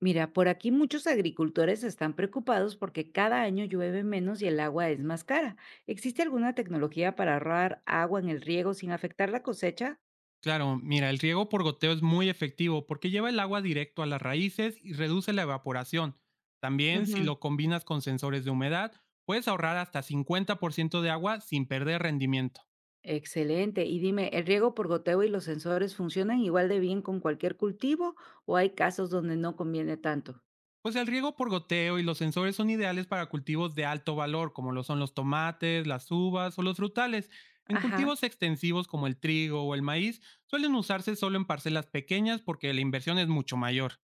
Mira, por aquí muchos agricultores están preocupados porque cada año llueve menos y el agua es más cara. ¿Existe alguna tecnología para ahorrar agua en el riego sin afectar la cosecha? Claro, mira, el riego por goteo es muy efectivo porque lleva el agua directo a las raíces y reduce la evaporación. También, si Ujú. lo combinas con sensores de humedad, puedes ahorrar hasta 50% de agua sin perder rendimiento. Excelente. Y dime, ¿el riego por goteo y los sensores funcionan igual de bien con cualquier cultivo o hay casos donde no conviene tanto? Pues el riego por goteo y los sensores son ideales para cultivos de alto valor, como lo son los tomates, las uvas o los frutales. En Ajá, cultivos extensivos como el trigo o el maíz, suelen usarse solo en parcelas pequeñas porque la inversión es mucho mayor.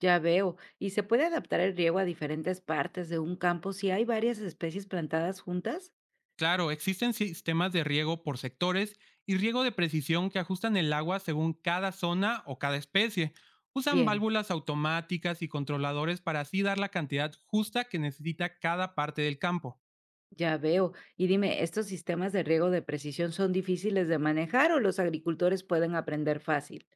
ya veo. ¿Y se puede adaptar el riego a diferentes partes de un campo si hay varias especies plantadas juntas? Claro, existen sistemas de riego por sectores y riego de precisión que ajustan el agua según cada zona o cada especie. Usan Bien. válvulas automáticas y controladores para así dar la cantidad justa que necesita cada parte del campo. Ya veo. Y dime, ¿estos sistemas de riego de precisión son difíciles de manejar o los agricultores pueden aprender fácil?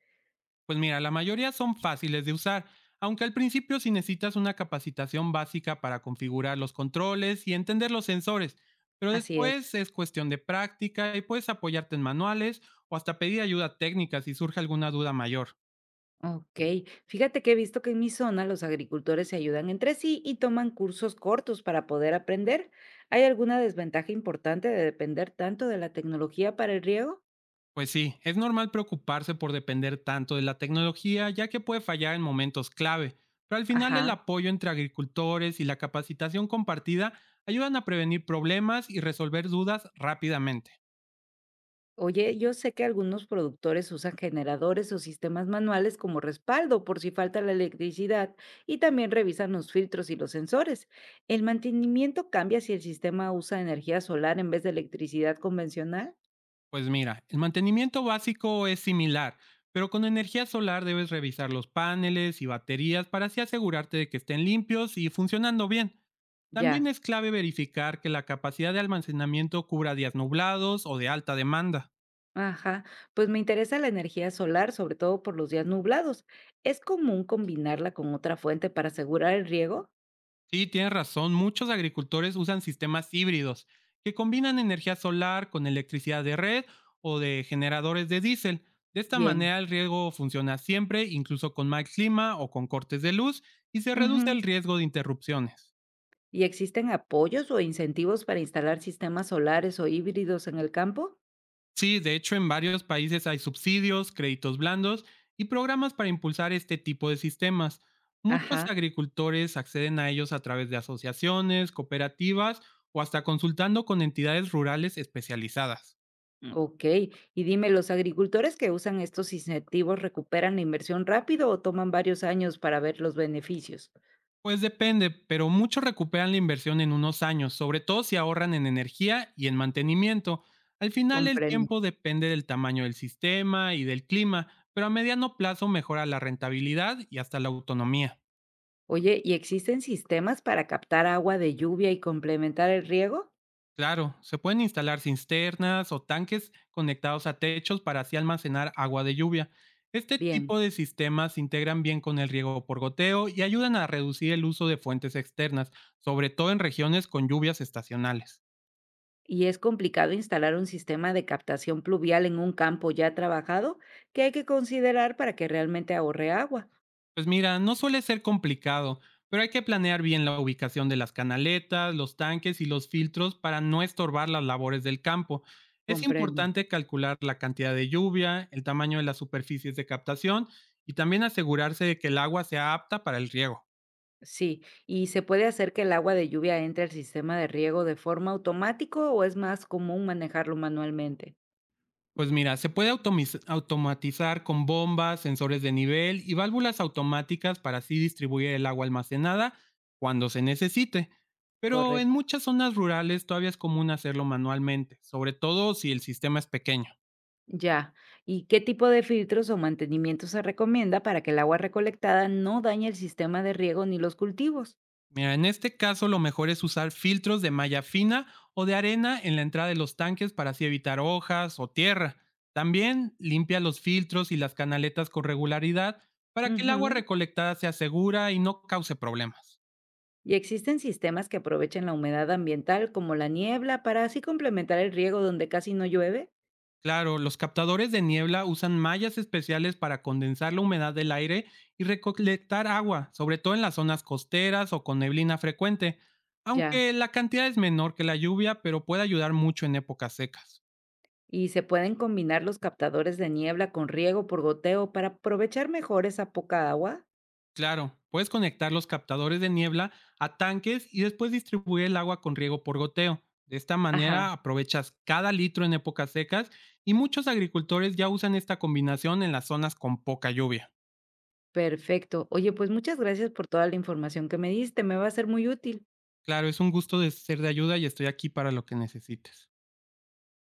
Pues mira, la mayoría son fáciles de usar, aunque al principio sí necesitas una capacitación básica para configurar los controles y entender los sensores, pero Así es. después es cuestión de práctica y puedes apoyarte en manuales o hasta pedir ayuda técnica si surge alguna duda mayor. Ok. Fíjate que he visto que en mi zona los agricultores se ayudan entre sí y toman cursos cortos para poder aprender. ¿Hay alguna desventaja importante de depender tanto de la tecnología para el riego? Pues sí, es normal preocuparse por depender tanto de la tecnología, ya que puede fallar en momentos clave, pero al final el Ajá. apoyo entre agricultores y la capacitación compartida ayudan a prevenir problemas y resolver dudas rápidamente. Oye, yo sé que algunos productores usan generadores o sistemas manuales como respaldo por si falta la electricidad y también revisan los filtros y los sensores. ¿El mantenimiento cambia si el sistema usa energía solar en vez de electricidad convencional? Pues mira, el mantenimiento básico es similar, pero con energía solar debes revisar los paneles y baterías para así asegurarte de que estén limpios y funcionando bien. También Ya. es clave verificar que la capacidad de almacenamiento cubra días nublados o de alta demanda. Ajá, pues me interesa la energía solar, sobre todo por los días nublados. ¿Es común combinarla con otra fuente para asegurar el riego? Sí, tienes razón. Muchos agricultores usan sistemas híbridos que combinan energía solar con electricidad de red o de generadores de diésel. De esta Bien. manera el riego funciona siempre, incluso con mal clima o con cortes de luz, y se reduce Ujú. el riesgo de interrupciones. ¿Y existen apoyos o incentivos para instalar sistemas solares o híbridos en el campo? Sí, de hecho en varios países hay subsidios, créditos blandos y programas para impulsar este tipo de sistemas. Muchos Ajá. agricultores acceden a ellos a través de asociaciones, cooperativas o hasta consultando con entidades rurales especializadas. Ok, y dime, ¿los agricultores que usan estos incentivos recuperan la inversión rápido o toman varios años para ver los beneficios? Pues depende, pero muchos recuperan la inversión en unos años, sobre todo si ahorran en energía y en mantenimiento. Al final el Comprendo. tiempo depende del tamaño del sistema y del clima, pero a mediano plazo mejora la rentabilidad y hasta la autonomía. Oye, ¿y existen sistemas para captar agua de lluvia y complementar el riego? Claro, se pueden instalar cisternas o tanques conectados a techos para así almacenar agua de lluvia. Este Bien. tipo de sistemas se integran bien con el riego por goteo y ayudan a reducir el uso de fuentes externas, sobre todo en regiones con lluvias estacionales. ¿Y es complicado instalar un sistema de captación pluvial en un campo ya trabajado? ¿Qué hay que considerar para que realmente ahorre agua? Pues mira, no suele ser complicado, pero hay que planear bien la ubicación de las canaletas, los tanques y los filtros para no estorbar las labores del campo. Es Comprendo. importante calcular la cantidad de lluvia, el tamaño de las superficies de captación y también asegurarse de que el agua sea apta para el riego. Sí. ¿Y se puede hacer que el agua de lluvia entre al sistema de riego de forma automática o es más común manejarlo manualmente? Pues mira, se puede automatizar con bombas, sensores de nivel y válvulas automáticas para así distribuir el agua almacenada cuando se necesite. Pero en Correcto, muchas zonas rurales todavía es común hacerlo manualmente, sobre todo si el sistema es pequeño. ya. ¿Y qué tipo de filtros o mantenimiento se recomienda para que el agua recolectada no dañe el sistema de riego ni los cultivos? Mira, en este caso lo mejor es usar filtros de malla fina o de arena en la entrada de los tanques para así evitar hojas o tierra. También limpia los filtros y las canaletas con regularidad para que el agua Ujú. recolectada sea segura y no cause problemas. Y existen sistemas que aprovechen la humedad ambiental como la niebla para así complementar el riego donde casi no llueve. Claro, los captadores de niebla usan mallas especiales para condensar la humedad del aire y recolectar agua, sobre todo en las zonas costeras o con neblina frecuente, Ya. aunque la cantidad es menor que la lluvia, pero puede ayudar mucho en épocas secas. Y se pueden combinar los captadores de niebla con riego por goteo para aprovechar mejor esa poca agua. Claro, puedes conectar los captadores de niebla a tanques y después distribuir el agua con riego por goteo. De esta Ajá, manera aprovechas cada litro en épocas secas y muchos agricultores ya usan esta combinación en las zonas con poca lluvia. perfecto. Oye, pues muchas gracias por toda la información que me diste, me va a ser muy útil. Claro, es un gusto de ser de ayuda y estoy aquí para lo que necesites.